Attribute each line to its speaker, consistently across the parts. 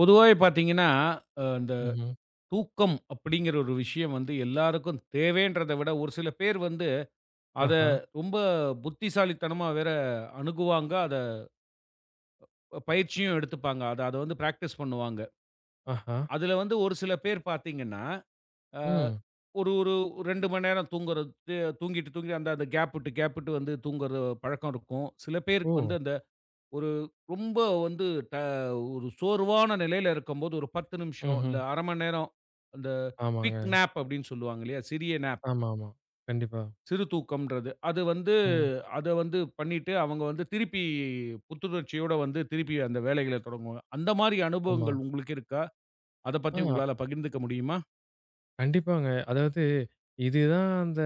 Speaker 1: பொதுவாவே பார்த்தீங்கன்னா, இந்த
Speaker 2: ம்ஹ்ம்.
Speaker 1: தூக்கம் அப்படிங்கிற ஒரு விஷயம் வந்து எல்லாருக்கும் தேவைன்றத விட, ஒரு சில பேர் வந்து அத
Speaker 2: ஆஹா,
Speaker 1: ரொம்ப புத்திசாலித்தனமா வேற அணுகுவாங்க. அத பயிற்சியும் எடுத்துப்பாங்க. அத அத வந்து பிராக்டிஸ் பண்ணுவாங்க.
Speaker 2: ஆஹா.
Speaker 1: அதுல வந்து ஒரு சில பேர் பார்த்தீங்கன்னா, அ
Speaker 2: ம்.
Speaker 1: ஒரு ஒரு 2 மணி நேரம் தூங்குறது தூங்கிட்டு தூங்கிட்டு அந்த அந்த கேப் விட்டு கேப் விட்டு வந்து தூங்குற பழக்கம் இருக்கும். சில பேருக்கு
Speaker 2: ஓ!
Speaker 1: வந்து ஒரு ரொம்ப வந்து ட ஒரு சோர்வான நிலையில இருக்கும்போது, ஒரு 10 நிமிஷம்,
Speaker 2: ம்ஹ்ம்.
Speaker 1: இல்ல 1/2 மணி நேரம், அந்த
Speaker 2: ஆமாங்க.
Speaker 1: குயிக் நேப் அப்படின்னு சொல்லுவாங்க இல்லையா? சிறிய நேப்.
Speaker 2: ஆமாமா. கண்டிப்பா.
Speaker 1: சிறு தூக்கம்ன்றது. அது வந்து
Speaker 2: ம்.
Speaker 1: அத வந்து பண்ணிட்டு, அவங்க வந்து திருப்பி புத்துணர்ச்சியோட வந்து திருப்பி அந்த வேலைகள தொடங்குவாங்க. அந்த மாரி
Speaker 2: ஆமா.
Speaker 1: அனுபவங்கள் உங்களுக்கு இருக்கா? அத
Speaker 2: ஆ
Speaker 1: பத்தி உங்களால பகிர்ந்துக்க முடியுமா?
Speaker 2: கண்டிப்பாங்க. அதாவது இதுதான் அந்த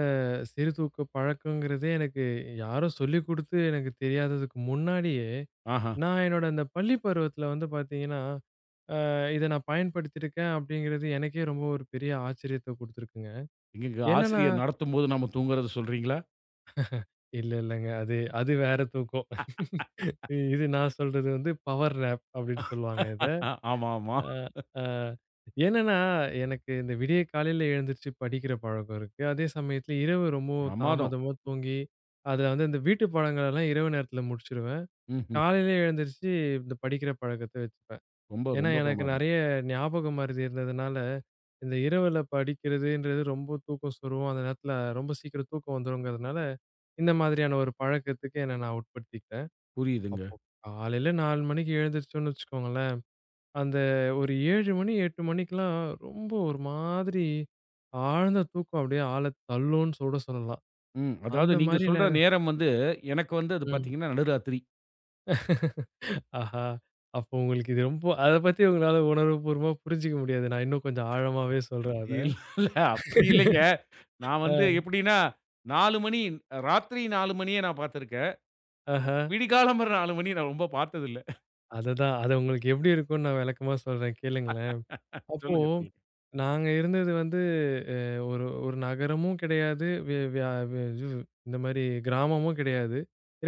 Speaker 2: சிறுதூக்க பழக்கங்கிறதே எனக்கு யாரோ சொல்லிக் குடுத்து எனக்கு தெரியாததுக்கு முன்னாடியே,
Speaker 1: ஆஹா!
Speaker 2: நான் என்னோட அந்த பள்ளி பருவத்தில வந்து பார்த்தீங்கன்னா, இத நான் பயன்படுத்தியிருக்கேன் அப்படிங்கிறது எனக்கே ரொம்ப ஒரு பெரிய ஆச்சரியத்த குடுத்துருக்குங்க.
Speaker 1: எங்கங்க
Speaker 2: என்னன்னா
Speaker 1: ஆசிரியர் நடத்தும்போது நம்ம தூங்குறத சொல்றீங்களா?
Speaker 2: இல்ல இல்லங்க. அது அது வேற தூக்கம். இது நான் சொல்றது வந்து பவர் நேப் அப்படின்னு சொல்லுவாங்க இத.
Speaker 1: ஆமா, ஆமா.
Speaker 2: அ, அ என்னன்னா, எனக்கு இந்த விடிய காலையில எழுந்திருச்சு படிக்கிற பழக்கம் இருக்கு. அதே சமயத்துல இரவு ரொம்பவும்
Speaker 1: பிரமாதம்.
Speaker 2: தாமதமா தூங்கி, அத வந்து இந்த வீட்டு பாடங்களெல்லாம் இரவு நேரத்துல முடிச்சுருவேன்.
Speaker 1: ம்ஹ்ம்.
Speaker 2: காலையில எழுந்திருச்சு இந்த படிக்கிற பழக்கத்த வச்சுப்பேன்.
Speaker 1: ரொம்ப,
Speaker 2: ஏன்னா,
Speaker 1: ரொம்ப
Speaker 2: எனக்கு
Speaker 1: பிரமாதம்.
Speaker 2: நெறைய ஞாபக மறதி இருந்ததுனால, இந்த இரவுல படிக்கிறதுன்றது ரொம்ப தூக்கம் சொருவும். அந்த நேரத்துல ரொம்ப சீக்கிரம் தூக்கம் வந்துருங்கிறதுனால, இந்த மாதிரியான ஒரு பழக்கத்துக்கு என்ன நான் உட்படுத்திக்கிட்டேன்.
Speaker 1: புரியுதுங்க.
Speaker 2: அப்போ காலையில 4 மணிக்கு எழுந்திரிச்சோம்னு வச்சுக்கோங்களேன். அந்த ஒரு 7 மணி, 8 மணிக்கெல்லாம் ரொம்ப ஒரு மாதிரி ஆழ்ந்த தூக்கம் அப்படியே ஆள தள்ளும்ன்னு கூட சொல்லலாம்.
Speaker 1: ம். அதாவது
Speaker 2: அந்த
Speaker 1: நீங்க
Speaker 2: மாரி
Speaker 1: சொல்ற
Speaker 2: நேரம்.
Speaker 1: நேரம் வந்து, எனக்கு வந்து அது
Speaker 2: ம்.
Speaker 1: பார்த்தீங்கன்னா நடுராத்திரி.
Speaker 2: ஆஹா! அப்போ உங்களுக்கு இது ரொம்ப அத பத்தி உங்களால உணர்வுபூர்வமா புரிஞ்சுக்க முடியாது. நான் இன்னும் கொஞ்சம் ஆழமாவே சொல்றேன் அத.
Speaker 1: இல்ல, அப்படி இல்லைங்க. நான் வந்து
Speaker 2: அ
Speaker 1: எப்படின்னா 4 மணி, ராத்திரி 4 மணிய நான் பார்த்துருக்கேன்.
Speaker 2: ஆஹா!
Speaker 1: விடிகாலம்பற 4 மணி நான் ரொம்ப பார்த்ததில்ல.
Speaker 2: அதுதான். அது உங்களுக்கு எப்படி இருக்கும்னு நான் விளக்கமா சொல்றேன் கேளுங்களேன். அப்போ
Speaker 1: சொல்லுங்க, சொல்லுங்க.
Speaker 2: நாங்க இருந்தது வந்து அ ஒரு ஒரு நகரமும் கிடையாது. வி வியா வி இது இந்த மாரி கிராமமும் கிடையாது.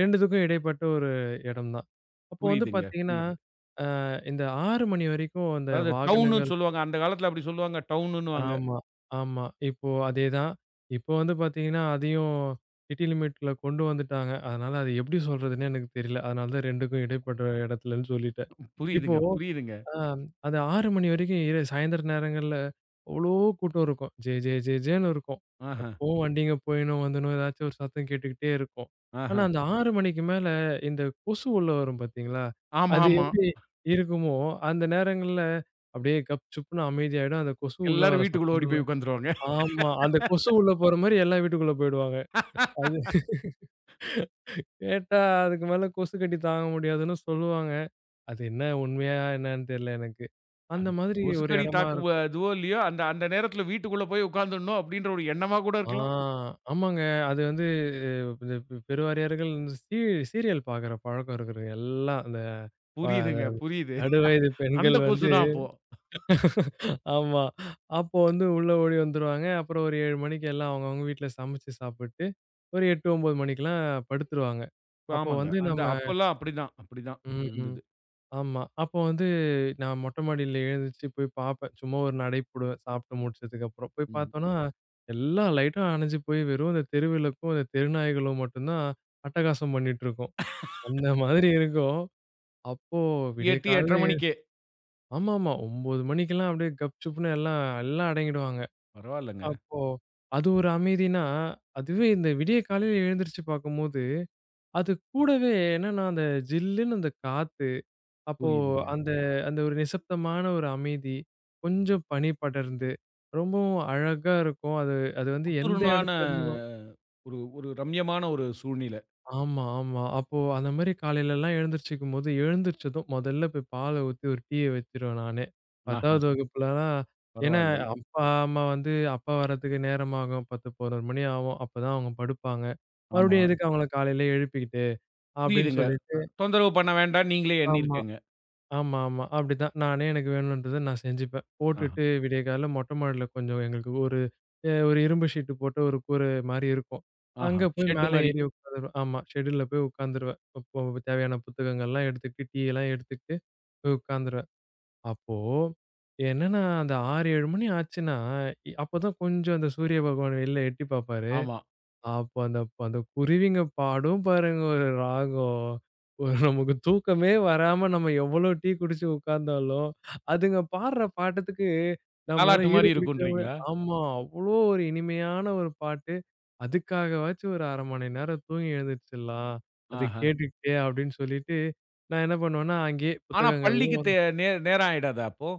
Speaker 2: 2த்துக்கும் இடைப்பட்ட ஒரு இடம் தான். அப்போ வந்து
Speaker 1: புரியுதுங்க,
Speaker 2: பார்த்தீங்கன்னா,
Speaker 1: புரியுது.
Speaker 2: அ இந்த 6 மணி வரைக்கும் அந்த
Speaker 1: அதாவது டவுனுன்னு
Speaker 2: வாகனங்கள்.
Speaker 1: சொல்லுவாங்க. அந்த காலத்தில அப்படி சொல்லுவாங்க. டவுனுன்னுவாங்க.
Speaker 2: ஆமா, ஆமா. இப்போ அதேதான். இப்போ வந்து பார்த்தீங்கன்னா, அதையும் சிட்டி லிமிட்ல கொண்டு வந்துட்டாங்க. அதனால அது எப்படி சொல்றதுன்னே எனக்கு தெரியல. அதனால தான் 2க்கும் இடைப்பட்ட இடத்துலன்னு சொல்லிட்டேன். இப்போ
Speaker 1: புரியுதுங்க, புரியுதுங்க.
Speaker 2: அ அது 6 மணி வரைக்கும் இரு சாயந்தர நேரங்கள்ல அவ்ளோ கூட்டம் இருக்கும். ஜே ஜே ஜே ஜேன்னு இருக்கும்.
Speaker 1: ஆஹ,
Speaker 2: எப்பவும் வண்டிங்க போயினும், வந்துனும் ஏதாச்சும் ஒரு சத்தம் கேட்டுக்கிட்டே இருக்கும். ஆனா,
Speaker 1: ஆஹ.
Speaker 2: அந்த 6 மணிக்கு மேல இந்த கொசு உள்ள வரும் பார்த்தீங்களா?
Speaker 1: ஆமா,
Speaker 2: அது
Speaker 1: ஆமா.
Speaker 2: எப்படி இருக்குமோ, அந்த நேரங்கள்ல அப்படியே கப் சுப்னு அமைதியாயிடும். அந்த கொசு உள்ள வர
Speaker 1: எல்லாரும் வீட்டுக்குள்ள ஓடி
Speaker 2: சத்தம்.
Speaker 1: போய் உட்காந்துருவாங்க.
Speaker 2: ஆமா. அந்த கொசு உள்ள போற மாரி எல்லா வீட்டுக்குள்ள போயிடுவாங்க. அது கேட்டா அதுக்கு மேல கொசு கடி தாங்க முடியாதுன்னு சொல்லுவாங்க. அது என்ன உண்மையா என்னன்னு தெரியல எனக்கு. அந்த
Speaker 1: அது
Speaker 2: மாதிரி ஒரு
Speaker 1: முசுக்கடி
Speaker 2: இடமா.
Speaker 1: தாக்குவ இதுவோ இல்லையோ, அந்த அந்த நேரத்தில வீட்டுக்குள்ள போய் உட்காந்துடணும் அப்படின்ற ஒரு எண்ணமா கூட
Speaker 2: ஆ
Speaker 1: இருக்கலாம்.
Speaker 2: ஆமாங்க. அது வந்து இந்த பெருவாரியார்கள் இந்த சீரியல் பார்க்குற பழக்கம் இருக்குதுங்க. எல்லாம் அந்த அந்த
Speaker 1: புரியுதுங்க, புரியுது.
Speaker 2: நடுவயது பெண்கள்
Speaker 1: அந்த
Speaker 2: வந்து
Speaker 1: கொசு தான் அப்போ.
Speaker 2: ஆமா. அப்போ வந்து உள்ள ஓடி வந்துருவாங்க. அப்புறம் ஒரு 7 மணிக்கு எல்லாம் அவங்கவங்க வீட்ல சமைச்சு சாப்பிட்டு, ஒரு 8, 9 மணிக்கெல்லாம் படுத்துருவாங்க. அப்போ
Speaker 1: ஆமாங்க.
Speaker 2: வந்து
Speaker 1: அந்த
Speaker 2: நம்ம.
Speaker 1: அப்பல்லாம் அப்படிதான், அப்படிதான்
Speaker 2: ம்.
Speaker 1: இருந்தது.
Speaker 2: ஆமா. அப்போ வந்து நான் மொட்டை மாடியில எழுந்திரிச்சு போய் பார்ப்பேன். சும்மா ஒரு நடை போடுவேன். சாப்பிட்டு முடிச்சதுக்கப்புறம். போய்
Speaker 1: ம்.
Speaker 2: பார்த்தோம்னா, எல்லா லைட்டும் அணைஞ்சு போய் வெறும் அந்த தெருவிளக்கும், அந்த தெருநாய்களும் மட்டும்தான் அட்டகாசம் பண்ணிட்டு இருக்கும். அந்த மாதிரி இருக்கும். அப்போ விடிய
Speaker 1: 8,
Speaker 2: காலையில
Speaker 1: 8:30 மணிக்கே.
Speaker 2: ஆமாமா. 9 மணிக்கெல்லாம் அப்படியே கப்சுப்புன்னு எல்லாம் எல்லாம் அடங்கிடுவாங்க.
Speaker 1: பரவால்லங்க.
Speaker 2: அப்போ அது ஒரு அமைதினா, அதுவே இந்த விடிய காலையில எழுந்திரிச்சு பார்க்கும்போது, அது கூடவே என்னன்னா அந்த ஜில்லுன்னு அந்த காத்து அப்போ
Speaker 1: புரியுதுங்க.
Speaker 2: அந்த அந்த ஒரு நிசப்தமான ஒரு அமைதி, கொஞ்சம் பனி படர்ந்து, ரொம்பவும் அழகா இருக்கும். அது அது வந்து எந்த
Speaker 1: புத்துருனான
Speaker 2: இடத்துல இருந்தும்.
Speaker 1: ஒரு ஒரு ரம்யமான ஒரு சூழ்நிலை.
Speaker 2: ஆமா, ஆமா. அப்போ அந்த மாரி காலையிலலாம் எழுந்திரிச்சுக்கும்போது, எழுந்திரிச்சதும் முதல்ல போய் பால ஊத்தி ஒரு டீய வச்சுருவேன் நானே.
Speaker 1: ஆஹா.
Speaker 2: 10வது வகுப்புலலாம் ஏன்னா
Speaker 1: பரவால்லை.
Speaker 2: அப்பா, அம்மா வந்து அப்பா வரதுக்கு நேரமாகும். 10, 11 மணி ஆகும். அப்பதான் அவங்க படுப்பாங்க.
Speaker 1: ஆமா.
Speaker 2: மறுபடியும் எதுக்கு அவங்கள காலையில எழுப்பிக்கிட்டு அப்படின்னு
Speaker 1: புரியுதுங்க.
Speaker 2: சொல்லிட்டு.
Speaker 1: தொந்தரவு பண்ண வேண்டாம்னு நீங்களே
Speaker 2: ஆமா.
Speaker 1: எண்ணியிருக்கீங்க.
Speaker 2: ஆமா, ஆமா. அப்படிதான். நானே எனக்கு வேணுன்றத நான் செஞ்சுப்பேன்.
Speaker 1: ஆஹா,
Speaker 2: போட்டுட்டு விடியகாலைல மொட்டை மாடில கொஞ்சம் எங்களுக்கு ஒரு ஒரு இரும்பு ஷீட் போட்ட ஒரு கூரை மாரி இருக்கும்.
Speaker 1: ஆஹா.
Speaker 2: அங்க போய்
Speaker 1: ஷெட்டு
Speaker 2: மேல சரி.
Speaker 1: மாரி.
Speaker 2: ஏறி உட்காந்துருவேன். ஆமா ஷெட்யூல்ல போய் உட்காந்துருவேன். அப்போ தேவையான புத்தகங்கள்லாம் எடுத்துக்கிட்டு, டீ எல்லாம் எடுத்துக்கிட்டு போய் உட்காந்துருவேன். அப்போ என்னன்னா அந்த 6, 7 மணி ஆச்சுன்னா, அப்பதான் கொஞ்சம் அந்த சூரிய பகவான் வெளில எட்டி பாப்பாரு.
Speaker 1: ஆமா.
Speaker 2: அப்ப அந்த அந்த குருவிங்க பாடும் பாருங்க ஒரு ராகம். ஒரு நமக்கு தூக்கமே வராம நம்ம எவ்வளோ டீ குடிச்சு உட்கார்ந்தாலும், அதுங்க பாடுற பாட்டத்துக்கு நம்மளால
Speaker 1: தாலாட்டு
Speaker 2: ஈடு
Speaker 1: மாரி
Speaker 2: குடுக்கவே.
Speaker 1: இருக்குன்றீங்களா?
Speaker 2: ஆமா. அவ்வளோ ஒரு இனிமையான ஒரு பாட்டு. அதுக்காகவாச்சும் ஒரு 1/2 மணி நேரம் தூங்கி எழுந்துருச்சுடலாம். அது
Speaker 1: ஆஹா.
Speaker 2: கேட்டுக்கிட்டே அப்படின்னு சொல்லிட்டு, நான் என்ன பண்ணுவேன்னா, அங்கேயே
Speaker 1: ஆனா பள்ளிக்கு
Speaker 2: புத்தகங்கள்லாம்.
Speaker 1: தே நே நேரம் ஆயிடாதா அப்போ?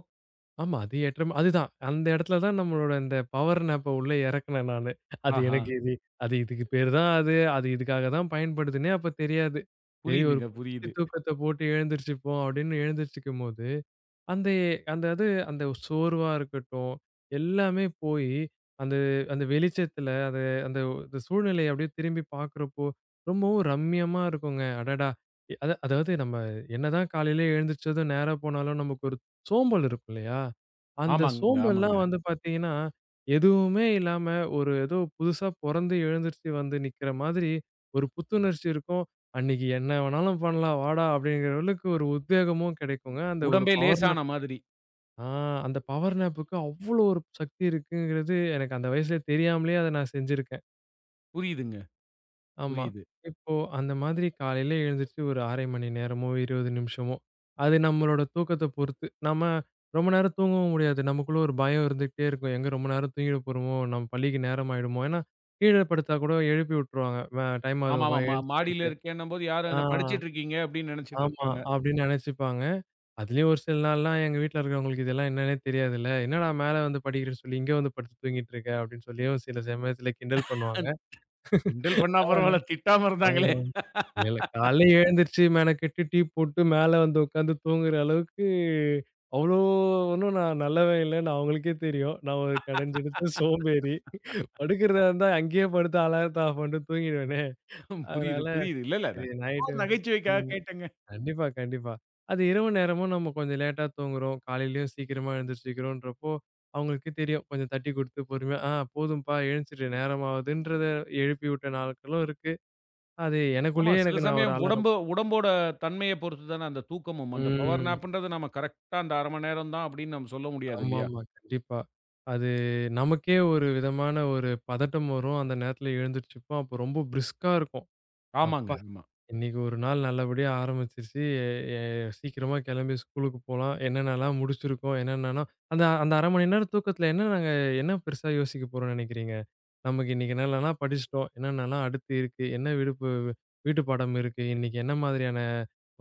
Speaker 2: ஆமா. அது ஏற்றம் அதுதான். அந்த இடத்துல தான் நம்மளோட இந்த பவர் நாப்ப உள்ள இறக்குனேன் நானு. அது
Speaker 1: ஆஹா.
Speaker 2: எனக்கு இது அது இதுக்கு பேரு தான் அது. அது இதுக்காக தான் பயன்படுதுன்னே அப்ப தெரியாது. சரி ஒரு
Speaker 1: புரியுதுங்க,
Speaker 2: குச்சி
Speaker 1: புரியுது.
Speaker 2: தூக்கத்த போட்டு எழுந்திரிச்சுப்போம் அப்படின்னு எழுந்திரிச்சுக்கும்போது அந்த அந்த அது அந்த சோர்வா இருக்கட்டும், எல்லாமே போயி, அந்த அந்த வெளிச்சத்துல அது அந்த அந்த சூழ்நிலைய அப்படியே திரும்பி பார்க்குறப்போ, ரொம்பவும் ரம்மியமா இருக்குங்க. அடடா! அத அதாவது நம்ம என்னதான் காலையில எழுந்திரிச்சதும் நேரா போனாலும் நமக்கு ஒரு சோம்பல் இருக்கும் இல்லையா? அந்த
Speaker 1: ஆமாங்க, ஆமாங்க.
Speaker 2: சோம்பல்லாம் வந்து பார்த்தீங்கன்னா, எதுவுமே இல்லாம ஒரு ஏதோ புதுசா பொறந்து எழுந்திரிச்சு வந்து நிக்கிற மாதிரி ஒரு புத்துணர்ச்சி இருக்கும். அன்னைக்கு என்ன வேணாலும் பண்ணலாம் வாடா! அப்படிங்கிற அளவுக்கு ஒரு உத்வேகமும் கிடைக்குங்க. அந்த ஒரு
Speaker 1: உடம்பே
Speaker 2: பவர்
Speaker 1: லேசான மாதிரி.
Speaker 2: ஆ அந்த பவர் நேப்புக்கு அவ்ளோ ஒரு சக்தி இருக்குங்கிறது எனக்கு அந்த வயசுல தெரியாமலே அத நான் செஞ்சிருக்கேன்.
Speaker 1: புரியுதுங்க,
Speaker 2: ஆமா.
Speaker 1: புரியுது.
Speaker 2: இப்போ அந்த மாதிரி காலையில எழுந்திரிச்சு ஒரு 1/2 மணி நேரமோ, 20 நிமிஷமோ, அது நம்மளோட தூக்கத்த பொறுத்து. நம்ம ரொம்ப நேரம் தூங்கவும் முடியாது. நமக்குள்ள ஒரு பயம் இருந்துகிட்டே இருக்கும். எங்க ரொம்ப நேரம் தூங்கிட போறோமோ, நம்ம பள்ளிக்கு நேரம் ஆயிடுமோ! ஏன்னா, கீழ படுத்தா கூட எழுப்பி விட்டுருவாங்க. "வே டைம் ஆகுதுப்பா
Speaker 1: ஆமாமா.
Speaker 2: எழுந்திரிச்சிடுன்ட்டு."
Speaker 1: மாடியில இருக்கேன்னும்போது, யாரும்
Speaker 2: ஆ,
Speaker 1: என்ன படிச்சிட்டு இருக்கீங்க அப்படின்னு நினைச்சிட்டு
Speaker 2: ஆமா.
Speaker 1: இருப்பாங்க.
Speaker 2: அப்படின்னு நினைச்சுப்பாங்க. அதுலயும் ஒரு சில நாள்லாம் எங்க வீட்ல இருக்கிறவங்களுக்கு இதெல்லாம் என்னன்னே தெரியாதுல்ல. "என்னடா மேல வந்து படிக்கிறேன்னு சொல்லி, இங்க வந்து படுத்து தூங்கிட்டு இருக்க" அப்படின்னு சொல்லியும் சில சமயத்துல கிண்டல் பண்ணுவாங்க.
Speaker 1: கிண்டல் பண்ணா
Speaker 2: ஆ
Speaker 1: பரவால்ல, திட்டாம இருந்தாங்களே.
Speaker 2: ஆமா. இல்லல்ல. காலைல எழுந்திருச்சு மெனக்கெட்டு டீ போட்டு மேல வந்து உட்காந்து தூங்குற அளவுக்கு அவ்ளோ ஒண்ணும் நான் நல்லவன் இல்லன்னு அவங்களுக்கே தெரியும். நான் ஒரு கடைஞ்செடுத்த சோம்பேறி. படுக்கிறதா இருந்தா அங்கேயே படுத்து அலாரத்த ஆஃப் பண்ணிட்டு தூங்கிடுவேனே.
Speaker 1: புரியுது,
Speaker 2: அதனால
Speaker 1: புரியுது. இல்ல, இல்ல.
Speaker 2: சரி
Speaker 1: நான் சும்மா
Speaker 2: நைட்டு.
Speaker 1: ஒரு நகைச்சுவைக்காக
Speaker 2: ம்.
Speaker 1: கேட்டேங்க.
Speaker 2: கண்டிப்பா, கண்டிப்பா. அது இரவு நேரமும் நம்ம கொஞ்சம் லேட்டா தூங்குறோம். காலையிலயும் சீக்கிரமா எழுந்திரிச்சுக்கிறோன்றப்போ, அவங்களுக்கு தெரியும். கொஞ்சம் தட்டி குடுத்து பொறுமையா, "ஆ போதும்பா எழுந்திரிச்சிடு நேரமாகுதுன்றத" எழுப்பி விட்ட நாட்களும் இருக்கு. அது
Speaker 1: ஆமா,
Speaker 2: எனக்குள்ளேயே
Speaker 1: சில
Speaker 2: எனக்கு நான் ஒரு
Speaker 1: சமயம்
Speaker 2: அலாரம்.
Speaker 1: உடம்பு உடம்போட தன்மைய பொறுத்து தானே அந்த தூக்கமும். அந்த பவர்
Speaker 2: ம்.
Speaker 1: நாப்ன்றது நம்ம கரெக்ட்டா அந்த 1/2 மணி நேரம் தான் அப்படின்னு நம்ம சொல்ல முடியாது இல்லையா?
Speaker 2: ஆமாமா. கண்டிப்பா. அது நமக்கே ஒரு விதமான ஒரு பதட்டம் வரும். அந்த நேரத்துல எழுந்திரிச்சுப்போம். அப்போ ரொம்ப பிரிஸ்கா இருக்கும்.
Speaker 1: ஆமாங்க,
Speaker 2: அப்பா!
Speaker 1: ஆமா.
Speaker 2: இன்னைக்கு ஒரு நாள் நல்லபடியா ஆரம்பிச்சுருச்சு. எ சீக்கிரமா கிளம்பி ஸ்கூலுக்கு போலாம். என்னென்னலாம் முடிச்சிருக்கோம்? என்னென்னலாம் அந்த அந்த 1/2 மணி நேரம் தூக்கத்துல என்ன நாங்க என்ன பெருசா யோசிக்க போறோம்னு நினைக்கிறீங்க? நமக்கு இன்னைக்கு என்னென்னலாம் படிச்சுட்டோம்? என்னென்னலாம் அடுத்து இருக்கு? என்ன விடுப்பு வீட்டு பாடம் இருக்கு? இன்னைக்கு என்ன மாதிரியான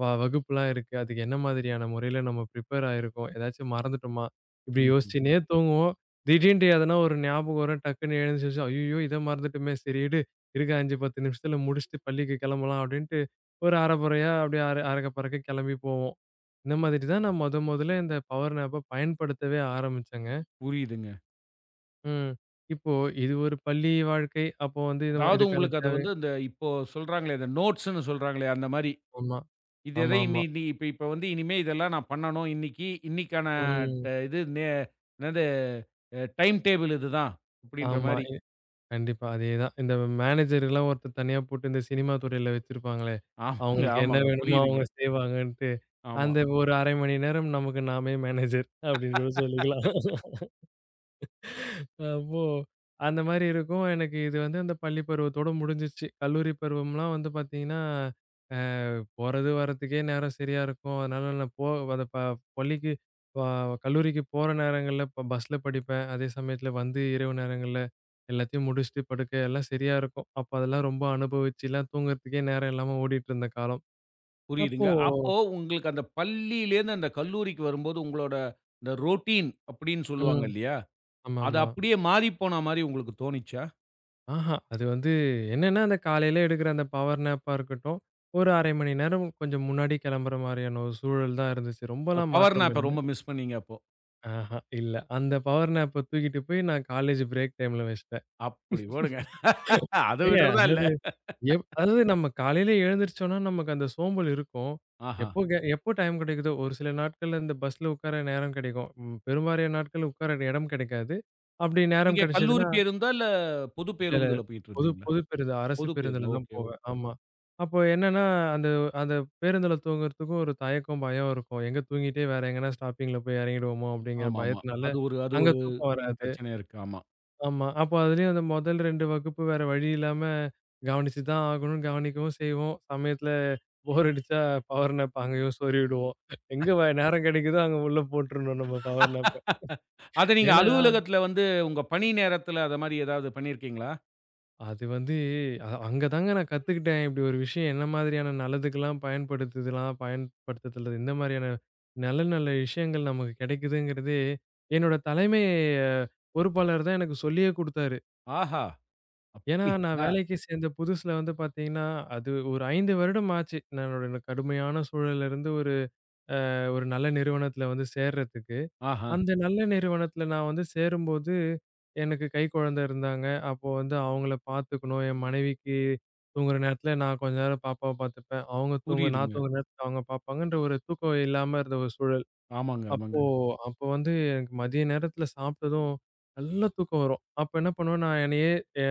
Speaker 2: வகுப்புலாம் இருக்கு? அதுக்கு என்ன மாதிரியான முறையில நம்ம ப்ரிப்பேர் ஆயிருக்கோம்? ஏதாச்சும் மறந்துட்டோமா? இப்படி
Speaker 1: ம்ஹ்ம்.
Speaker 2: யோசிச்சுன்னே தூங்குவோம். திடீர்ன்ட்டு எதனா ஒரு ஞாபகம் வரும். டக்குன்னு எழுந்துச்சு, ஐய்யயோ! இத மறந்துட்டோமே! சரி இருக்க 5, 10 நிமிஷத்துல முடிச்சுட்டு பள்ளிக்கு கிளம்பலாம் அப்படின்ட்டு, ஒரு அரை குறையா அப்படியே அரக்க பறக்க கிளம்பி போவோம். இந்த மாதிரி தான் நான் மொதல்ல இந்த பவர் நாப்ப பயன்படுத்தவே ஆரம்பிச்சேங்க.
Speaker 1: புரியுதுங்க.
Speaker 2: ம். இப்போ இது ஒரு பள்ளி வாழ்க்கை. அப்போ வந்து இது
Speaker 1: அதாவது
Speaker 2: இதுக்கான
Speaker 1: உங்களுக்கு அது
Speaker 2: தேவை.
Speaker 1: வந்து இந்த இப்போ சொல்றாங்களே, இந்த நோட்ஸ்ன்னு சொல்றாங்களே, அந்த மாரி.
Speaker 2: ஆமா.
Speaker 1: இது எதை
Speaker 2: ஆமாமா.
Speaker 1: இன்னி இன்னி இப்ப இப்ப வந்து இனிமே இதெல்லாம் நான் பண்ணணும். இன்னைக்கு, இன்னைக்கான
Speaker 2: ம்.
Speaker 1: ட இது நே அ டைம் டேபிள் இதுதான். அப்படின்ற
Speaker 2: ஆமா.
Speaker 1: மாரி.
Speaker 2: கண்டிப்பா. அதேதான். இந்த மேனேஜர்லாம் ஒருத்தர் தனியா போட்டு இந்த சினிமா துறையில வச்சிருப்பாங்களே,
Speaker 1: ஆமாங்க,
Speaker 2: அவங்களுக்கு என்ன
Speaker 1: ஆமாங்க.
Speaker 2: வேணுமோ
Speaker 1: புரியுதுங்க.
Speaker 2: அவங்க செய்வாங்கன்ட்டு,
Speaker 1: ஆமா.
Speaker 2: அந்த ஒரு 1/2 மணி நேரம் நமக்கு நாமே மேனேஜர் அப்படின்னு கூட சொல்லிக்கலாம். அ ஓ! அந்த மாரி இருக்கும். எனக்கு இது வந்து அந்த பள்ளி பருவத்தோட முடிஞ்சிருச்சு. கல்லூரி பருவம்லாம் வந்து பார்த்தீங்கன்னா, அ போறது வரதுக்கே நேரம் சரியா இருக்கும். அதனால நான் அந்த பள்ளிக்கு அ கல்லூரிக்கு போற நேரங்கள்ல இப்ப பஸ்ல படிப்பேன். அதே சமயத்துல வந்து இரவு நேரங்கள்ல எல்லாத்தையும் முடிச்சுட்டு படுக்க எல்லாம் சரியா இருக்கும். அப்ப அதெல்லாம் ரொம்ப அனுபவிச்சுலாம் தூங்குறதுக்கே நேரம் இல்லாம ஓடிட்டு இருந்த காலம். அப்போ.
Speaker 1: புரியுதுங்க. அப்போ உங்களுக்கு அந்த பள்ளியிலேருந்து அந்த கல்லூரிக்கு வரும்போது உங்களோட இந்த ரொட்டீன் அப்படின்னு சொல்லுவாங்க
Speaker 2: ம்.
Speaker 1: இல்லையா? அது
Speaker 2: ஆமாமா.
Speaker 1: அப்படியே மாறிப்போன மாரி உங்களுக்கு தோணிச்சா?
Speaker 2: ஆஹா. அது வந்து என்னன்னா, அந்த காலையில எடுக்கிற அந்த பவர் நேப்பா இருக்கட்டும், ஒரு 1/2 மணி நேரம் கொஞ்சம் முன்னாடி கிளம்புற மாரியான ஒரு சூழல் தான் இருந்துச்சு.
Speaker 1: இந்த
Speaker 2: ரொம்பலாம்
Speaker 1: பவர்
Speaker 2: மாற்றம்
Speaker 1: நாப்ப
Speaker 2: இல்ல.
Speaker 1: ரொம்ப மிஸ் பண்ணீங்க அப்போ.
Speaker 2: ஆஹா இல்ல. அந்த பவர் நேப்ப தூக்கிட்டு போய் நான் காலேஜ் பிரேக் டைம்ல வச்சுட்டேன்.
Speaker 1: அப்படி ஓடுங்க. அத
Speaker 2: ஏங்க
Speaker 1: விடுறதா இல்ல.
Speaker 2: அதாவது அதாவது நம்ம காலையில எழுந்திரிச்சோம்னா, நமக்கு அந்த சோம்பல் இருக்கும்.
Speaker 1: ஆஹா.
Speaker 2: எப்போ டைம் கிடைக்குதோ, ஒரு சில நாட்கள்ல இந்த பஸ்ல உட்கார நேரம் கிடைக்கும். ம் பெரும்பாலான நாட்கள் உட்கார இடம் கிடைக்காது. அப்படி நேரம்
Speaker 1: நீங்க கல்லூரி
Speaker 2: கிடைச்சதுன்னா
Speaker 1: பேருந்தா? இல்ல, பொது
Speaker 2: இல்ல, இல்ல.
Speaker 1: பேருந்துல போயிட்டு
Speaker 2: பொது
Speaker 1: இருந்தீங்களா?
Speaker 2: பொது பேருந்து. அரசு
Speaker 1: பொது
Speaker 2: பேருந்துல
Speaker 1: பேருந்து.
Speaker 2: தான்
Speaker 1: ஓகே, ஓகே.
Speaker 2: போவேன். ஆமா. அப்போ என்னன்னா, அந்த அந்த பேருந்துல தூங்குறதுக்கும் ஒரு தயக்கம், பயம் இருக்கும். எங்க தூங்கிட்டே வேற எங்கனா ஸ்டாப்பிங்ல போய் இறங்கிடுவோமோ அப்படிங்கிற
Speaker 1: ஆமாமா.
Speaker 2: பயத்தினால,
Speaker 1: அது
Speaker 2: அங்க
Speaker 1: ஒரு
Speaker 2: தூக்கம் வராது.
Speaker 1: பிரச்சனை இருக்கு. ஆமா.
Speaker 2: ஆமா. அப்போ அதுலயும் அந்த முதல் 2 வகுப்பு வேற வழி இல்லாம கவனிச்சு தான் ஆகணும். கவனிக்கவும் செய்வோம். சமயத்துல போர் அடிச்சா பவர் நேப் அங்கேயும் சொருவிடுவோம். எங்க நேரம் கிடைக்குதோ அங்க உள்ள போட்டுறணும் நம்ம பவர் நேப்ப.
Speaker 1: அத நீங்க
Speaker 2: ஏன்னா
Speaker 1: அலுவலகத்துல வந்து உங்க பணி நேரத்துல அத மாரி ஏதாவது பண்ணியிருக்கீங்களா?
Speaker 2: அது வந்து அங்க தாங்க நான் கத்துக்கிட்டேன். இப்படி ஒரு விஷயம் என்ன மாதிரியான நல்லதுக்கெல்லாம் பயன்படுத்துதலாம், பயன்படுத்துதல் இந்த மாதிரியான நல்ல நல்ல விஷயங்கள் நமக்கு கிடைக்குதுங்கிறது, என்னோட தலைமை அஹ், பொறுப்பாளர் தான் எனக்கு சொல்லியே குடுத்தாரு.
Speaker 1: ஆஹா!
Speaker 2: ஏன்னா நான்
Speaker 1: அப்படிங்களா?
Speaker 2: வேலைக்கு சேர்ந்த புதுசுல வந்து பார்த்தீங்கன்னா, அது ஒரு 5 வருடம் ஆச்சு. நான் என்னோட கடுமையான சூழல்ல இருந்து ஒரு ஒரு நல்ல நிறுவனத்துல வந்து சேர்றதுக்கு.
Speaker 1: ஆஹா!
Speaker 2: அந்த நல்ல நிறுவனத்துல நான் வந்து சேரும்போது, எனக்கு கைக்குழந்தை இருந்தாங்க. அப்போ வந்து அவங்கள பார்த்துக்கணும். என் மனைவிக்கு தூங்குற நேரத்துல நான் கொஞ்ச நேரம் பாப்பாவ பார்த்துப்பேன். அவங்க தூங்க நான்
Speaker 1: புரியுதுங்க.
Speaker 2: தூங்குற நேரத்துல அவங்க பார்ப்பாங்கன்ற ஒரு தூக்கம் இல்லாம இருந்த ஒரு சூழல்.
Speaker 1: ஆமாங்க, ஆமாங்க.
Speaker 2: அப்போ அப்போ வந்து எனக்கு மதிய நேரத்துல சாப்பிட்டதும் நல்ல தூக்கம் வரும். அப்ப என்ன பண்ணுவேன், நான் என்னையே அ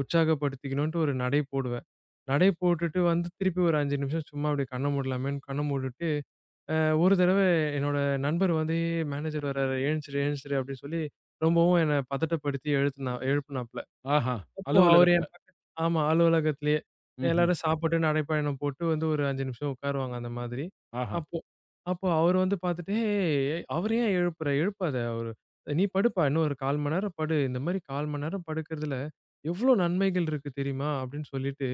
Speaker 2: உற்சாகப்படுத்திக்கணுன்ட்டு ஒரு நடை போடுவேன். நடை போட்டுட்டு வந்து திருப்பி ஒரு 5 நிமிஷம் சும்மா அப்படியே கண்ண மூடலாமேன்னு கண்ண மூடிட்டு அ ஒரு தடவ என்னோட நண்பர் வந்து மேனேஜர் வராரு, "எழுந்திரு, எழுந்திரு" அப்படின்னு சொல்லி ரொம்பவும் என்ன பதட்டப்படுத்தி எழுத்துனா எழுப்புனாப்ல.
Speaker 1: ஆஹா!
Speaker 2: அப்போ அவரு என்
Speaker 1: அலுவலகத்துல.
Speaker 2: பக்கத்து. ஆமா அலுவலகத்திலேயே.
Speaker 1: ம்ஹ்ம்.
Speaker 2: எல்லாரும் சாப்பிட்டு நடைப்பயணம் போட்டு வந்து ஒரு 5 நிமிஷம் உட்காருவாங்க அந்த மாதிரி.
Speaker 1: ஆஹா!
Speaker 2: அப்போ அப்போ அவரு வந்து பார்த்துட்டு, "ஏய் அவர ஏன் எழுப்புற? எழுப்பாத அவரு. நீ படுப்பா. இன்னும் ஒரு 1/4 மணி நேரம் படு. இந்த மாரி 1/4 மணி நேரம் படுக்கிறதுல எவ்ளோ நன்மைகள் இருக்கு தெரியுமா?" அப்படின்னு சொல்லிட்டு,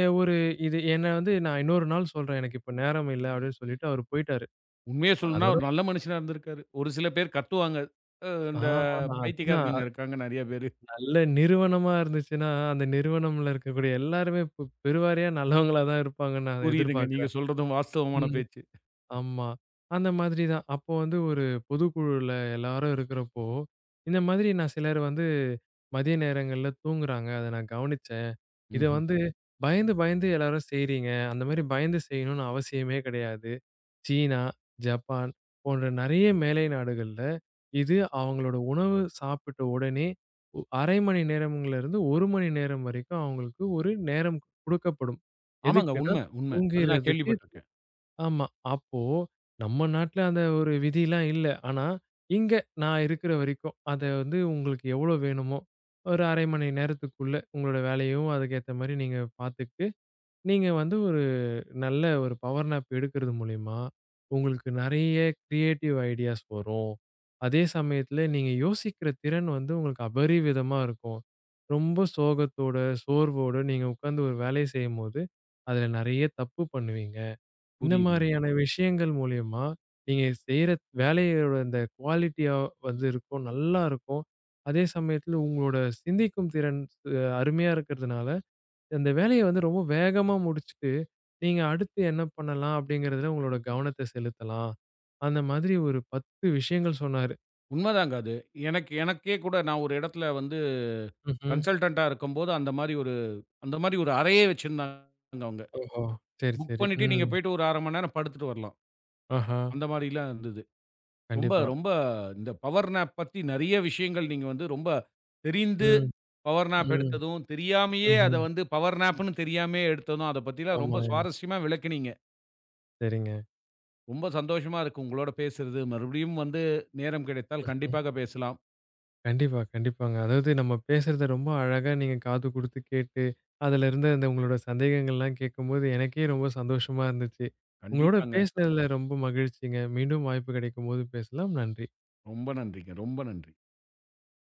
Speaker 2: ஒரு இது என்ன வந்து நான் இன்னொரு நாள் சொல்றேன். எனக்கு இப்ப நேரம் இல்ல அப்படின்னு சொல்லிட்டு அவரு போயிட்டாரு.
Speaker 1: உண்மைய சொல்லணும்னா
Speaker 2: அதோட
Speaker 1: ஒரு நல்ல மனுஷனா இருந்திருக்காரு. ஒரு சில பேர் கத்துவாங்க.
Speaker 2: ஆ
Speaker 1: இந்த
Speaker 2: அதுதான்.
Speaker 1: பைத்தியக்காரனுங்க இருக்காங்க நெறைய பேரு.
Speaker 2: நல்ல நிறுவனமா இருந்துச்சுன்னா, அந்த நிறுவனம்ல இருக்கக்கூடிய எல்லாருமே பெருவாரியா நல்லவங்களா தான் இருப்பாங்கன்னு நான்
Speaker 1: புரியுதுங்க. நீங்க
Speaker 2: எதிர்பார்க்கிறேன்.
Speaker 1: சொல்றதும் வாஸ்தவமான
Speaker 2: ம்.
Speaker 1: பேச்சு.
Speaker 2: ஆமா. அந்த மாதிரி தான். அப்போ வந்து ஒரு பொதுக்குழுல எல்லாரும் இருக்கிறப்போ, இந்த மாதிரி நான் சிலர் வந்து மதிய நேரங்கள்ல தூங்குறாங்க. அத நான் கவனிச்சேன். இத
Speaker 1: ம்ஹ்ம்.
Speaker 2: வந்து பயந்து பயந்து எல்லாரும் செய்றீங்க. அந்த மாரி பயந்து செய்யணும்னு அவசியமே கிடையாது. சீனா, ஜப்பான் போன்ற நெறைய மேலை நாடுகள்ல, இது அவங்களோட உணவு சாப்பிட்ட உடனே 1/2 மணி நேரம்ங்கலேருந்து 1 மணி நேரம் வரைக்கும் அவங்களுக்கு ஒரு நேரம் குடுக்கப்படும்.
Speaker 1: ஆமாங்க.
Speaker 2: எதுக்குன்னா,
Speaker 1: உண்ம, உண்ம. அது நான்
Speaker 2: தூங்கிறதுக்கு.
Speaker 1: கேள்விப்பட்டுருக்கேன்.
Speaker 2: ஆமா. அப்போ நம்ம நாட்ல அந்த ஒரு விதிலாம் இல்ல. ஆனா, இங்க நான் இருக்கிற வரைக்கும் அத வந்து உங்களுக்கு எவ்வளோ வேணுமோ, ஒரு 1/2 மணி நேரத்துக்குள்ள உங்களோட வேலையும் அதுக்கேத்த மாரி நீங்க பார்த்துக்கிட்டு, நீங்க வந்து ஒரு நல்ல ஒரு பவர் நாப் எடுக்கிறது மூலியமா, உங்களுக்கு நெறைய கிரியேட்டிவ் ஐடியாஸ் வரும். அதே சமயத்துல நீங்க யோசிக்கிற திறன் வந்து உங்களுக்கு அபரிவிதமா இருக்கும். ரொம்ப சோகத்தோட, சோர்வோட நீங்க உட்கார்ந்து ஒரு வேலைய செய்யும்போது, அதுல நெறைய தப்பு பண்ணுவீங்க. இந்த
Speaker 1: புரியுதுங்க.
Speaker 2: மாரியான விஷயங்கள் மூலியமா, நீங்க செய்ற வேலையோட அந்த குவாலிட்டியா வந்து இருக்கும். நல்லா இருக்கும். அதே சமயத்துல உங்களோட சிந்திக்கும் திறன் அருமையா இருக்கிறதுனால, அந்த வேலைய வந்து ரொம்ப வேகமா முடிச்சுட்டு நீங்க அடுத்து என்ன பண்ணலாம் அப்படிங்கிறதுல உங்களோட கவனத்த செலுத்தலாம். அந்த மாதிரி ஒரு 10 விஷயங்கள் சொன்னாரு.
Speaker 1: உண்மதாங்க அது. எனக்கே கூட நான் ஒரு இடத்துல வந்து
Speaker 2: ம்ஹ்ம்.
Speaker 1: கன்சல்டன்ட்டா இருக்கும்போது அந்த மாரி ஒரு அறையே வச்சிருந்தாங்க அவங்க.
Speaker 2: ஓஹோ! சரி,
Speaker 1: புக்
Speaker 2: சரி.
Speaker 1: பண்ணிட்டு நீங்க
Speaker 2: ம்.
Speaker 1: போயிட்டு ஒரு 1/2 மணி நேரம் படுத்துட்டு வரலாம்.
Speaker 2: ஆஹா!
Speaker 1: அந்த மாரிலாம் இருந்தது. ரொம்ப
Speaker 2: கண்டிப்பா.
Speaker 1: ரொம்ப இந்த பவர் நேப் பத்தி நெறைய விஷயங்கள் நீங்க வந்து ரொம்ப தெரிந்து
Speaker 2: ம்,
Speaker 1: பவர் நேப்
Speaker 2: ம்,
Speaker 1: எடுத்ததும், தெரியாமயே அத
Speaker 2: ம்ஹ்ம்.
Speaker 1: வந்து பவர் நேப்ன்னு தெரியாமயே எடுத்ததும், அத பத்திலாம் ரொம்ப
Speaker 2: ஆமாங்க.
Speaker 1: சுவாரஸ்யமா விளக்குனீங்க.
Speaker 2: சரிங்க.
Speaker 1: ரொம்ப சந்தோஷமா இருக்கு உங்களோட பேசுறது. மறுபடியும் வந்து நேரம் கிடைத்தால்
Speaker 2: ம்ஹ்ம்.
Speaker 1: கண்டிப்பாக பேசலாம்.
Speaker 2: கண்டிப்பா, கண்டிப்பாங்க. அதாவது நம்ம பேசுறத ரொம்ப அழகா நீங்க காது குடுத்து கேட்டு, அதுல இருந்த அந்த உங்களோட சந்தேகங்கள்லாம் கேட்கும்போது எனக்கே ரொம்ப சந்தோஷமா இருந்துச்சு. உங்களோட
Speaker 1: கண்டிப்பாங்க.
Speaker 2: பேசுனதுல ரொம்ப மகிழ்ச்சிங்க. மீண்டும் வாய்ப்பு கிடைக்கும்போது பேசலாம். நன்றி.
Speaker 1: ரொம்ப நன்றிங்க. ரொம்ப நன்றி.